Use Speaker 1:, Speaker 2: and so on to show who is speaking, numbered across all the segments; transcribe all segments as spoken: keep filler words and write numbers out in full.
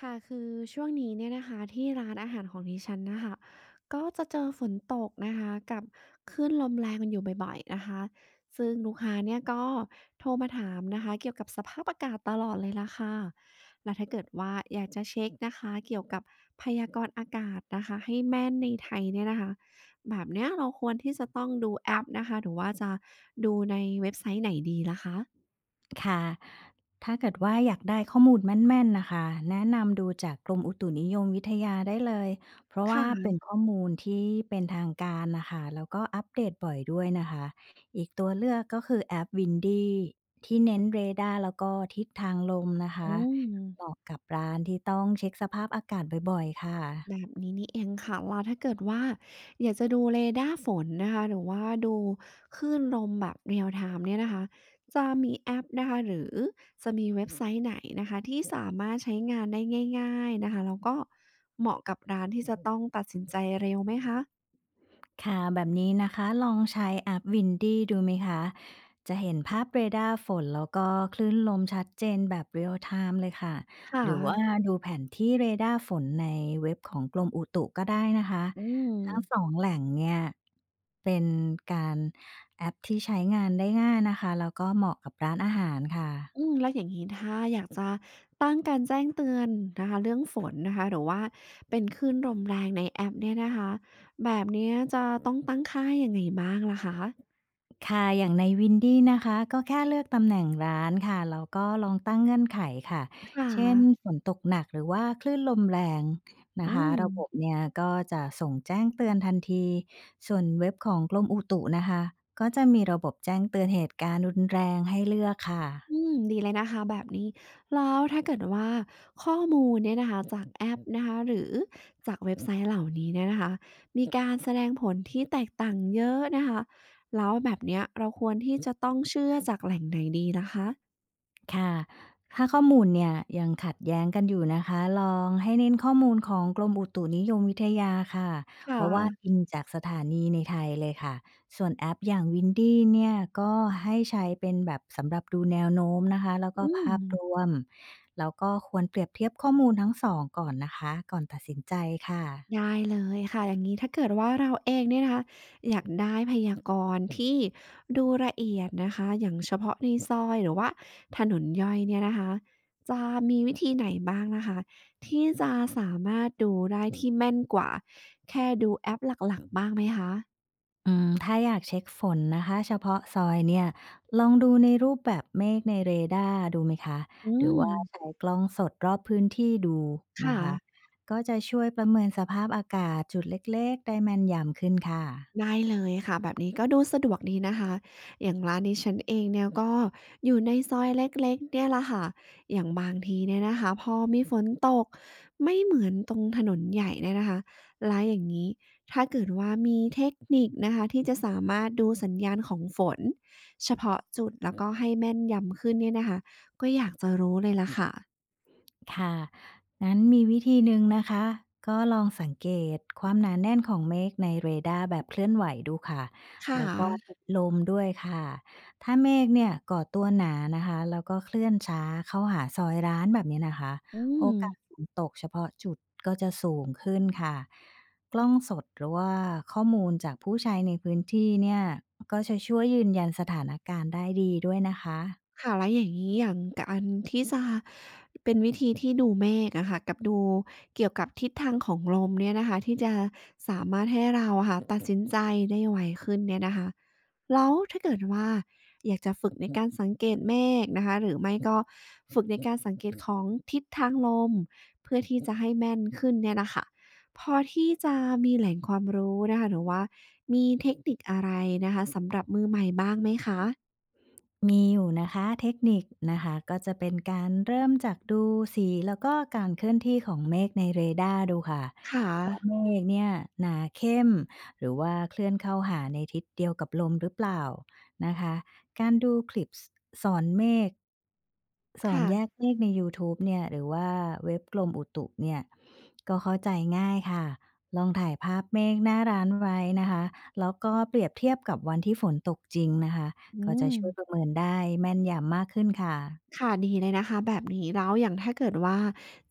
Speaker 1: ค่ะคือช่วงนี้เนี่ยนะคะที่ร้านอาหารของดิฉันนะคะก็จะเจอฝนตกนะคะกับคลื่นลมแรงกันอยู่บ่อยๆนะคะซึ่งลูกค้าเนี่ยก็โทรมาถามนะคะเกี่ยวกับสภาพอากาศตลอดเลยล่ะค่ะแล้วถ้าเกิดว่าอยากจะเช็คนะคะเกี่ยวกับพยากรณ์อากาศนะคะให้แม่นในไทยเนี่ยนะคะแบบเนี้ยเราควรที่จะต้องดูแอปนะคะหรือว่าจะดูในเว็บไซต์ไหนดีล่ะคะ
Speaker 2: ค่ะถ้าเกิดว่าอยากได้ข้อมูลแม่นๆน่ะค่ะแนะนำดูจากกรมอุตุนิยมวิทยาได้เลย เพราะว่า
Speaker 1: ค่ะ
Speaker 2: เป็นข้อมูลที่เป็นทางการน่ะค่ะแล้วก็อัปเดตบ่อยด้วยนะคะอีกตัวเลือกก็คือแอป Windy ที่เน้นเรดาร์แล้วก็ทิศทางลมนะคะ
Speaker 1: อื
Speaker 2: เห
Speaker 1: ม
Speaker 2: มาะกับร้านที่ต้องเช็กสภาพอากาศบ่อยๆ ค่ะ
Speaker 1: แบบนี้นี่เองค่ะแล้วถ้าเกิดว่าอยากจะดูเรดาร์ฝนนะคะหรือว่าดูคลื่นลมแบบ real time เนี่ยนะคะจะมีแอปนะคะหรือจะมีเว็บไซต์ไหนนะคะที่สามารถใช้งานได้ง่ายๆนะคะแล้วก็เหมาะกับร้านที่จะต้องตัดสินใจเร็วไหมคะ
Speaker 2: ค่ะแบบนี้นะคะลองใช้แอปวินดี้ดูไหมคะจะเห็นภาพเรดาร์ฝนแล้วก็คลื่นลมชัดเจนแบบเรียลไทม์เลยค่ะห
Speaker 1: ค่ะ
Speaker 2: รือว่าดูแผนที่เรดาร์ฝนในเว็บของกรมอุตุก็ได้นะคะ
Speaker 1: อืม
Speaker 2: ทั้งสองแหล่งเนี่ยเป็นการแอปที่ใช้งานได้ง่ายนะคะแล้วก็เหมาะกับร้านอาหาร
Speaker 1: อื
Speaker 2: ค่ะ
Speaker 1: มแล้วอย่างนี้ถ้าอยากจะตั้งการแจ้งเตือนนะคะเรื่องฝนนะคะหรือว่าเป็นคลื่นลมแรงในแอปเนี่ยนะคะแบบเนี้ยจะต้องตั้งค่ายังไงบ้างล่ะคะ
Speaker 2: ค่ะอย่างใน Windy นะคะก็แค่เลือกตำแหน่งร้านค่ะแล้วก็ลองตั้งเงื่อนไขค่ะ
Speaker 1: ค่ะ
Speaker 2: เช่นฝนตกหนักหรือว่าคลื่นลมแรงนะ
Speaker 1: อื
Speaker 2: คะ
Speaker 1: ม
Speaker 2: ระบบเนี่ยก็จะส่งแจ้งเตือนทันที ส่วนเว็บของกรมอุตุนะคะก็จะมีระบบแจ้งเตือนเหตุการณ์รุนแรงให้เลือกค่ะ
Speaker 1: อืมดีเลยนะคะแบบนี้แล้วถ้าเกิดว่าข้อมูลเนี่ยนะคะจากแอปนะคะหรือจากเว็บไซต์เหล่านี้เนี่ยนะคะมีการแสดงผลที่แตกต่างเยอะนะคะแล้วแบบเนี้ยเราควรที่จะต้องเชื่อจากแหล่งไหนดีล่ะคะ
Speaker 2: ค่ะถ้าข้อมูลเนี่ยยังขัดแย้งกันอยู่นะคะลองให้เน้นข้อมูลของกรมอุตุนิยมวิทยาค่ะ
Speaker 1: ค่
Speaker 2: เพราะว่า
Speaker 1: ะ
Speaker 2: อิงจากสถานีในไทยเลยค่ะส่วนแอปอย่าง Windy เนี่ยก็ให้ใช้เป็นแบบสำหรับดูแนวโน้มนะคะแล้วก็
Speaker 1: อืม
Speaker 2: ภาพรวมแล้วก็ควรเปรียบเทียบข้อมูลทั้งสองก่อนนะคะก่อนตัดสินใจค่ะ
Speaker 1: ได้เลยค่ะอย่างงี้ถ้าเกิดว่าเราเองเนี่ยนะคะอยากได้พยากรณ์ที่ดูละเอียดนะคะอย่างเฉพาะในซอยหรือว่าถนนย่อยเนี่ยนะคะจะมีวิธีไหนบ้างนะคะที่จะสามารถดูได้ที่แม่นกว่าแค่ดูแอปหลักๆบ้างไหมคะ
Speaker 2: อืมถ้าอยากเช็คฝนนะคะเฉพาะซอยเนี่ยลองดูในรูปแบบเมฆในเรดาร์ดูไหมคะ
Speaker 1: อื
Speaker 2: หรือ
Speaker 1: ม
Speaker 2: ว่าใช้กล้องสดรอบพื้นที่ดูนะ
Speaker 1: ค่ะ
Speaker 2: คะก็จะช่วยประเมินสภาพอากาศจุดเล็กๆได้แม่นยำขึ้นค่ะ
Speaker 1: ได้เลยค่ะแบบนี้ก็ดูสะดวกดีนะคะอย่างร้านดิฉันเองเนี่ยก็อยู่ในซอยเล็กๆเนี่ยละค่ะอย่างบางทีเนี่ยนะคะพอมีฝนตกไม่เหมือนตรงถนนใหญ่เนี่ยนะคะร้านอย่างนี้ถ้าเกิดว่ามีเทคนิคนะคะที่จะสามารถดูสัญญาณของฝนเฉพาะจุดแล้วก็ให้แม่นยำขึ้นเนี่ยนะคะก็อยากจะรู้เลยละค่ะ
Speaker 2: ค่ะงั้นมีวิธีหนึ่งนะคะ ก็ลองสังเกตความหนาแน่นของเมฆในเรดาร์แบบเคลื่อนไหวดูค่ะ
Speaker 1: ค่
Speaker 2: แล้วก็ทิ
Speaker 1: ะ
Speaker 2: ศลมด้วยค่ะถ้าเมฆเนี่ยก่อตัวหนานะคะ แล้วก็เคลื่อนช้า เข้าหาซอยร้านแบบนี้นะคะ
Speaker 1: อื
Speaker 2: โอ
Speaker 1: ม
Speaker 2: กาสฝนตกเฉพาะจุดก็จะสูงขึ้นค่ะกล้องสดหรือว่าข้อมูลจากผู้ใช้ในพื้นที่เนี่ยก็จะช่วยยืนยันสถานการณ์ได้ดีด้วยนะคะ
Speaker 1: ค่ะแล้วอย่างนี้อย่างการที่จะเป็นวิธีที่ดูเมฆอะค่ะกับดูเกี่ยวกับทิศทางของลมเนี่ยนะคะที่จะสามารถให้เราอะค่ะตัดสินใจได้ไวขึ้นเนี่ยนะคะแล้วถ้าเกิดว่าอยากจะฝึกในการสังเกตเมฆนะคะหรือไม่ก็ฝึกในการสังเกตของทิศทางลมเพื่อที่จะให้แม่นขึ้นเนี่ยน่ะค่ะพอที่จะมีแหล่งความรู้นะคะหรือว่ามีเทคนิคอะไรนะคะสำหรับมือใหม่บ้างไหมคะ
Speaker 2: มีอยู่นะคะเทคนิคนะคะก็จะเป็นการเริ่มจากดูสีแล้วก็การเคลื่อนที่ของเมฆในเรดาร์ดูค่ะ
Speaker 1: ค่ะ
Speaker 2: ว่าเมฆเนี่ยหนาเข้มหรือว่าเคลื่อนเข้าหาในทิศเดียวกับลมหรือเปล่านะคะการดูคลิปสอนเมฆสอนแยก
Speaker 1: ค่ะ
Speaker 2: เมฆใน YouTube เนี่ยหรือว่าเว็บกรมอุตุเนี่ยก็เข้าใจง่ายค่ะลองถ่ายภาพเมฆหน้าร้านไว้นะคะแล้วก็เปรียบเทียบกับวันที่ฝนตกจริงนะคะ
Speaker 1: อื
Speaker 2: ก็จะ
Speaker 1: ม
Speaker 2: ช่วยประเมินได้แม่นยำมากขึ้นค่ะ
Speaker 1: ค่ะดีเลยนะคะแบบนี้แล้วอย่างถ้าเกิดว่า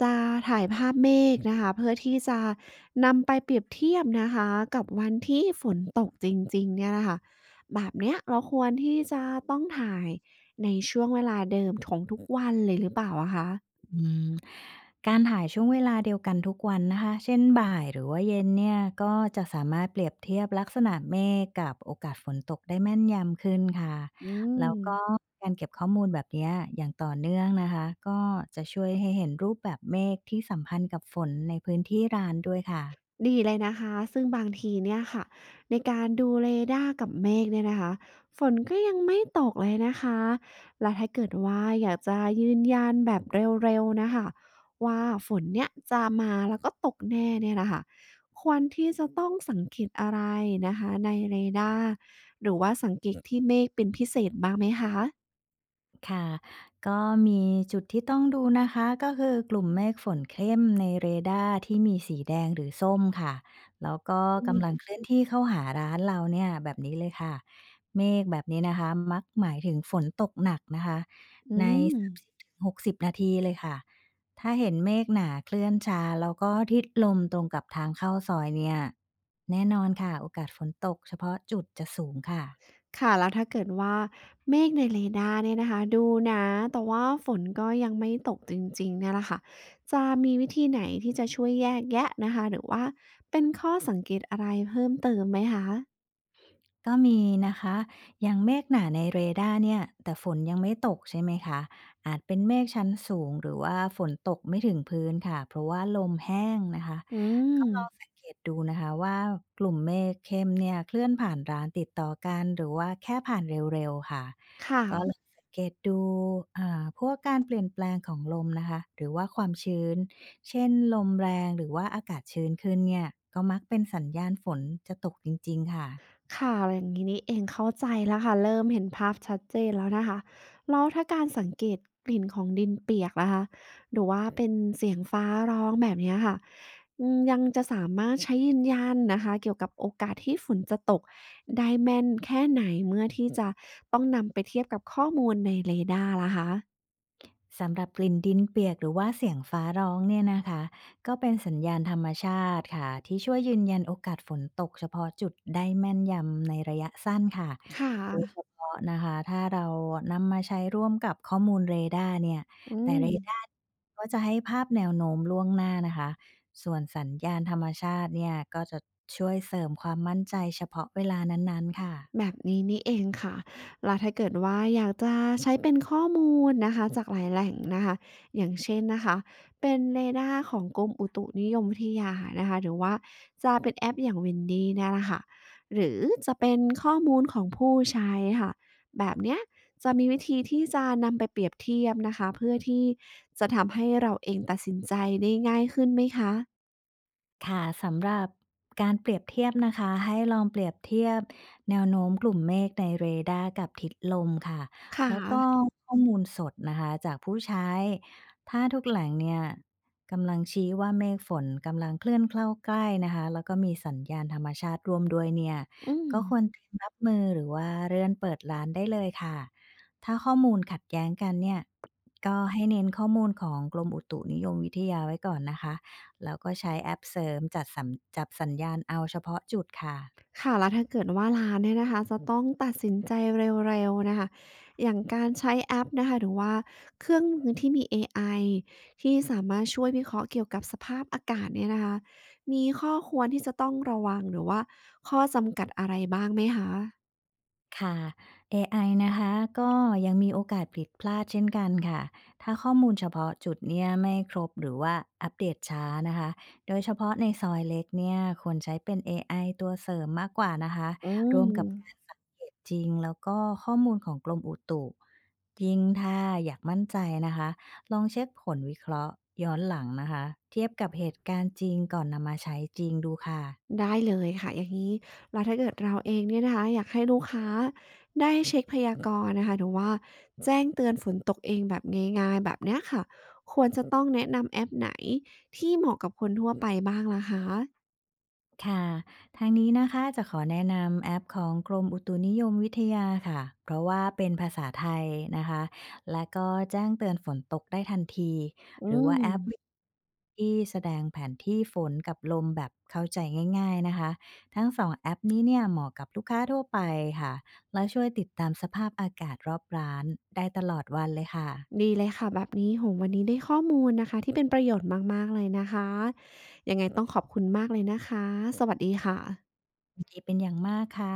Speaker 1: จะถ่ายภาพเมฆนะคะเพื่อที่จะนำไปเปรียบเทียบนะคะกับวันที่ฝนตกจริงๆเนี่ยนะคะแบบเนี้ยเราควรที่จะต้องถ่ายในช่วงเวลาเดิมของทุกวันเลยหรือเปล่าอะคะ
Speaker 2: อืมการถ่ายช่วงเวลาเดียวกันทุกวันนะคะเช่นบ่ายหรือว่าเย็นเนี่ยก็จะสามารถเปรียบเทียบลักษณะเมฆกับโอกาสฝนตกได้แม่นยำขึ้นค่ะ
Speaker 1: อืม
Speaker 2: แล้วก็การเก็บข้อมูลแบบเนี้ยอย่างต่อเนื่องนะคะก็จะช่วยให้เห็นรูปแบบเมฆที่สัมพันธ์กับฝนในพื้นที่ร้านด้วยค่ะ
Speaker 1: ดีเลยนะคะซึ่งบางทีเนี่ยค่ะในการดูเรดาร์กับเมฆเนี่ยนะคะฝนก็ยังไม่ตกเลยนะคะและถ้าเกิดว่าอยากจะยืนยันแบบเร็วๆนะคะว่าฝนเนี่ยจะมาแล้วก็ตกแน่เนี่ยนะคะควรที่จะต้องสังเกตอะไรนะคะในเรดาร์หรือว่าสังเกตที่เมฆเป็นพิเศษบ้างไหมคะ
Speaker 2: ค่ะก็มีจุดที่ต้องดูนะคะก็คือกลุ่มเมฆฝนเข้มในเรดาร์ที่มีสีแดงหรือส้มค่ะ แล้วก็
Speaker 1: อื
Speaker 2: กำลัง
Speaker 1: ม
Speaker 2: เคลื่อนที่เข้าหาร้านเราเนี่ยแบบนี้เลยค่ะ เมฆแบบนี้นะคะมักหมายถึงฝนตกหนักนะคะ
Speaker 1: อื
Speaker 2: ใน
Speaker 1: ม
Speaker 2: สามสิบถึงหกสหก ศูนย์นาทีเลยค่ะ ถ้าเห็นเมฆหนาเคลื่อนช้าแล้วก็ทิศลมตรงกับทางเข้าซอยเนี่ยแน่นอนค่ะโอกาสฝนตกเฉพาะจุดจะสูงค่ะ
Speaker 1: ค่ะ แล้วถ้าเกิดว่าเมฆในเรดาร์เนี่ยนะคะดูหนาแต่ว่าฝนก็ยังไม่ตกจริงๆเนี่ยแหละค่ะจะมีวิธีไหนที่จะช่วยแยกแยะนะคะหรือว่าเป็นข้อสังเกตอะไรเพิ่มเติมไหมคะ
Speaker 2: ก็มีนะคะอย่างเมฆหนาในเรดาร์เนี่ยแต่ฝนยังไม่ตกใช่ไหมคะ อาจเป็นเมฆชั้นสูงหรือว่าฝนตกไม่ถึงพื้นค่ะ เพราะว่าลมแห้งนะคะ
Speaker 1: อื
Speaker 2: ก็
Speaker 1: ม
Speaker 2: ลองสังเกตดูนะคะว่ากลุ่มเมฆเข้มเนี่ยเคลื่อนผ่านร้านติดต่อกันหรือว่าแค่ผ่านเร็วๆค่ะ
Speaker 1: ค
Speaker 2: ก็ลอง
Speaker 1: ่ะ
Speaker 2: สังเกตดูอ่าพวกการเปลี่ยนแปลงของลมนะคะหรือว่าความชื้นเช่นลมแรงหรือว่าอากาศชื้นขึ้นเนี่ยก็มักเป็นสัญญาณฝนจะตกจริงๆค่ะ
Speaker 1: ค่ะอย่างนี้นี่เองเข้าใจแล้วค่ะ เริ่มเห็นภาพชัดเจนแล้วนะคะแล้วถ้าการสังเกตกลิ่นของดินเปียกละคะหรือว่าเป็นเสียงฟ้าร้องแบบเนี้ยค่ะอืมยังจะสามารถใช้ยืนยันนะคะ เกี่ยวกับโอกาสที่ฝนจะตกได้แม่นแค่ไหนเมื่อที่จะต้องนำไปเทียบกับข้อมูลในเรดาร์ล่ะคะ
Speaker 2: สำหรับกลิ่นดินเปียกหรือว่าเสียงฟ้าร้องเนี่ยนะคะก็เป็นสัญญาณธรรมชาติค่ะที่ช่วยยืนยันโอกาสฝนตกเฉพาะจุดได้แม่นยำในระยะสั้นค่ะ
Speaker 1: ค่
Speaker 2: โดยเฉ
Speaker 1: ะ
Speaker 2: พาะนะคะถ้าเรานำมาใช้ร่วมกับข้อมูลเรดาร์เนี่ย
Speaker 1: อื
Speaker 2: แต่
Speaker 1: ม
Speaker 2: เรดาร์ก็จะให้ภาพแนวโน้มล่วงหน้านะคะส่วนสัญญาณธรรมชาติเนี่ยก็จะช่วยเสริมความมั่นใจเฉพาะเวลานั้นๆค่ะ
Speaker 1: แบบนี้นี่เองค่ะแล้วถ้าเกิดว่าอยากจะใช้เป็นข้อมูลนะคะจากหลายแหล่งนะคะอย่างเช่นนะคะเป็นเรดาร์ของกรมอุตุนิยมวิทยานะคะหรือว่าจะเป็นแอปอย่าง วินดี้ เนี่ยแหละค่ะ หรือจะเป็นข้อมูลของผู้ใช้ค่ะแบบเนี้ยจะมีวิธีที่จะนำไปเปรียบเทียบนะคะเพื่อที่จะทำให้เราเองตัดสินใจได้ง่ายขึ้นไหมคะ
Speaker 2: ค่ะสำหรับการเปรียบเทียบนะคะให้ลองเปรียบเทียบแนวโน้มกลุ่มเมฆในเรดาร์กับทิศลมค่ะ
Speaker 1: ค
Speaker 2: แล้วก็
Speaker 1: ่ะ
Speaker 2: ข้อมูลสดนะคะจากผู้ใช้ถ้าทุกแหล่งเนี่ยกำลังชี้ว่าเมฆฝนกำลังเคลื่อนเข้าใกล้นะคะแล้วก็มีสัญญาณธรรมชาติรวมด้วยเนี่ย
Speaker 1: อืม
Speaker 2: ก็ควรเตรียมรับมือหรือว่าเลื่อนเปิดร้านได้เลยค่ะถ้าข้อมูลขัดแย้งกันเนี่ยก็ให้เน้นข้อมูลของกรมอุตุนิยมวิทยาไว้ก่อนนะคะ แล้วก็ใช้แอปเสริมจัดสัมจับสัญญาณเอาเฉพาะจุดค่ะ
Speaker 1: ค่ะแล้วถ้าเกิดว่าร้านเนี่ยนะคะจะต้องตัดสินใจเร็วๆนะคะอย่างการใช้แอปนะคะหรือว่าเครื่องมือที่มีเอไอที่สามารถช่วยวิเคราะห์เกี่ยวกับสภาพอากาศเนี่ยนะคะมีข้อควรที่จะต้องระวังหรือว่าข้อจำกัดอะไรบ้างไหมคะ
Speaker 2: ค่ะเอไอนะคะก็ยังมีโอกาสผิดพลาดเช่นกันค่ะถ้าข้อมูลเฉพาะจุดเนี่ยไม่ครบหรือว่าอัปเดตช้านะคะโดยเฉพาะในซอยเล็กเนี่ยควรใช้เป็น เอ ไอ ตัวเสริมมากกว่านะคะ
Speaker 1: อื
Speaker 2: ร
Speaker 1: ม
Speaker 2: วมกับการสังเกตจริงแล้วก็ข้อมูลของกรมอุตุยิ่งถ้าอยากมั่นใจนะคะลองเช็คผลวิเคราะห์ย้อนหลังนะคะเทียบกับเหตุการณ์จริงก่อนนำมาใช้จริงดูค่ะ
Speaker 1: ได้เลยค่ะอย่างนี้แล้วถ้าเกิดเราเองเนี่ยนะคะอยากให้ลูกค้าได้เช็คพยากรณ์นะคะหรือว่าแจ้งเตือนฝนตกเองแบบง่ายๆแบบเนี้ยค่ะควรจะต้องแนะนำแอปไหนที่เหมาะกับคนทั่วไปบ้างล่ะคะ
Speaker 2: ค่ะทางนี้นะคะจะขอแนะนำแอปของกรมอุตุนิยมวิทยาค่ะ เพราะว่าเป็นภาษาไทยนะคะและก็แจ้งเตือนฝนตกได้ทันที
Speaker 1: อื
Speaker 2: หรือว่าแอป
Speaker 1: ม
Speaker 2: ที่แสดงแผนที่ฝนกับลมแบบเข้าใจง่ายๆนะคะทั้งสองแอปนี้เนี่ยเหมาะกับลูกค้าทั่วไปค่ะและช่วยติดตามสภาพอากาศรอบร้านได้ตลอดวันเลยค่ะ
Speaker 1: ดีเลยค่ะแบบนี้โหวันนี้ได้ข้อมูลนะคะที่เป็นประโยชน์มากๆเลยนะคะยังไงต้องขอบคุณมากเลยนะคะสวัสดีค่ะ
Speaker 2: ยินดีเป็นอย่างมากค่ะ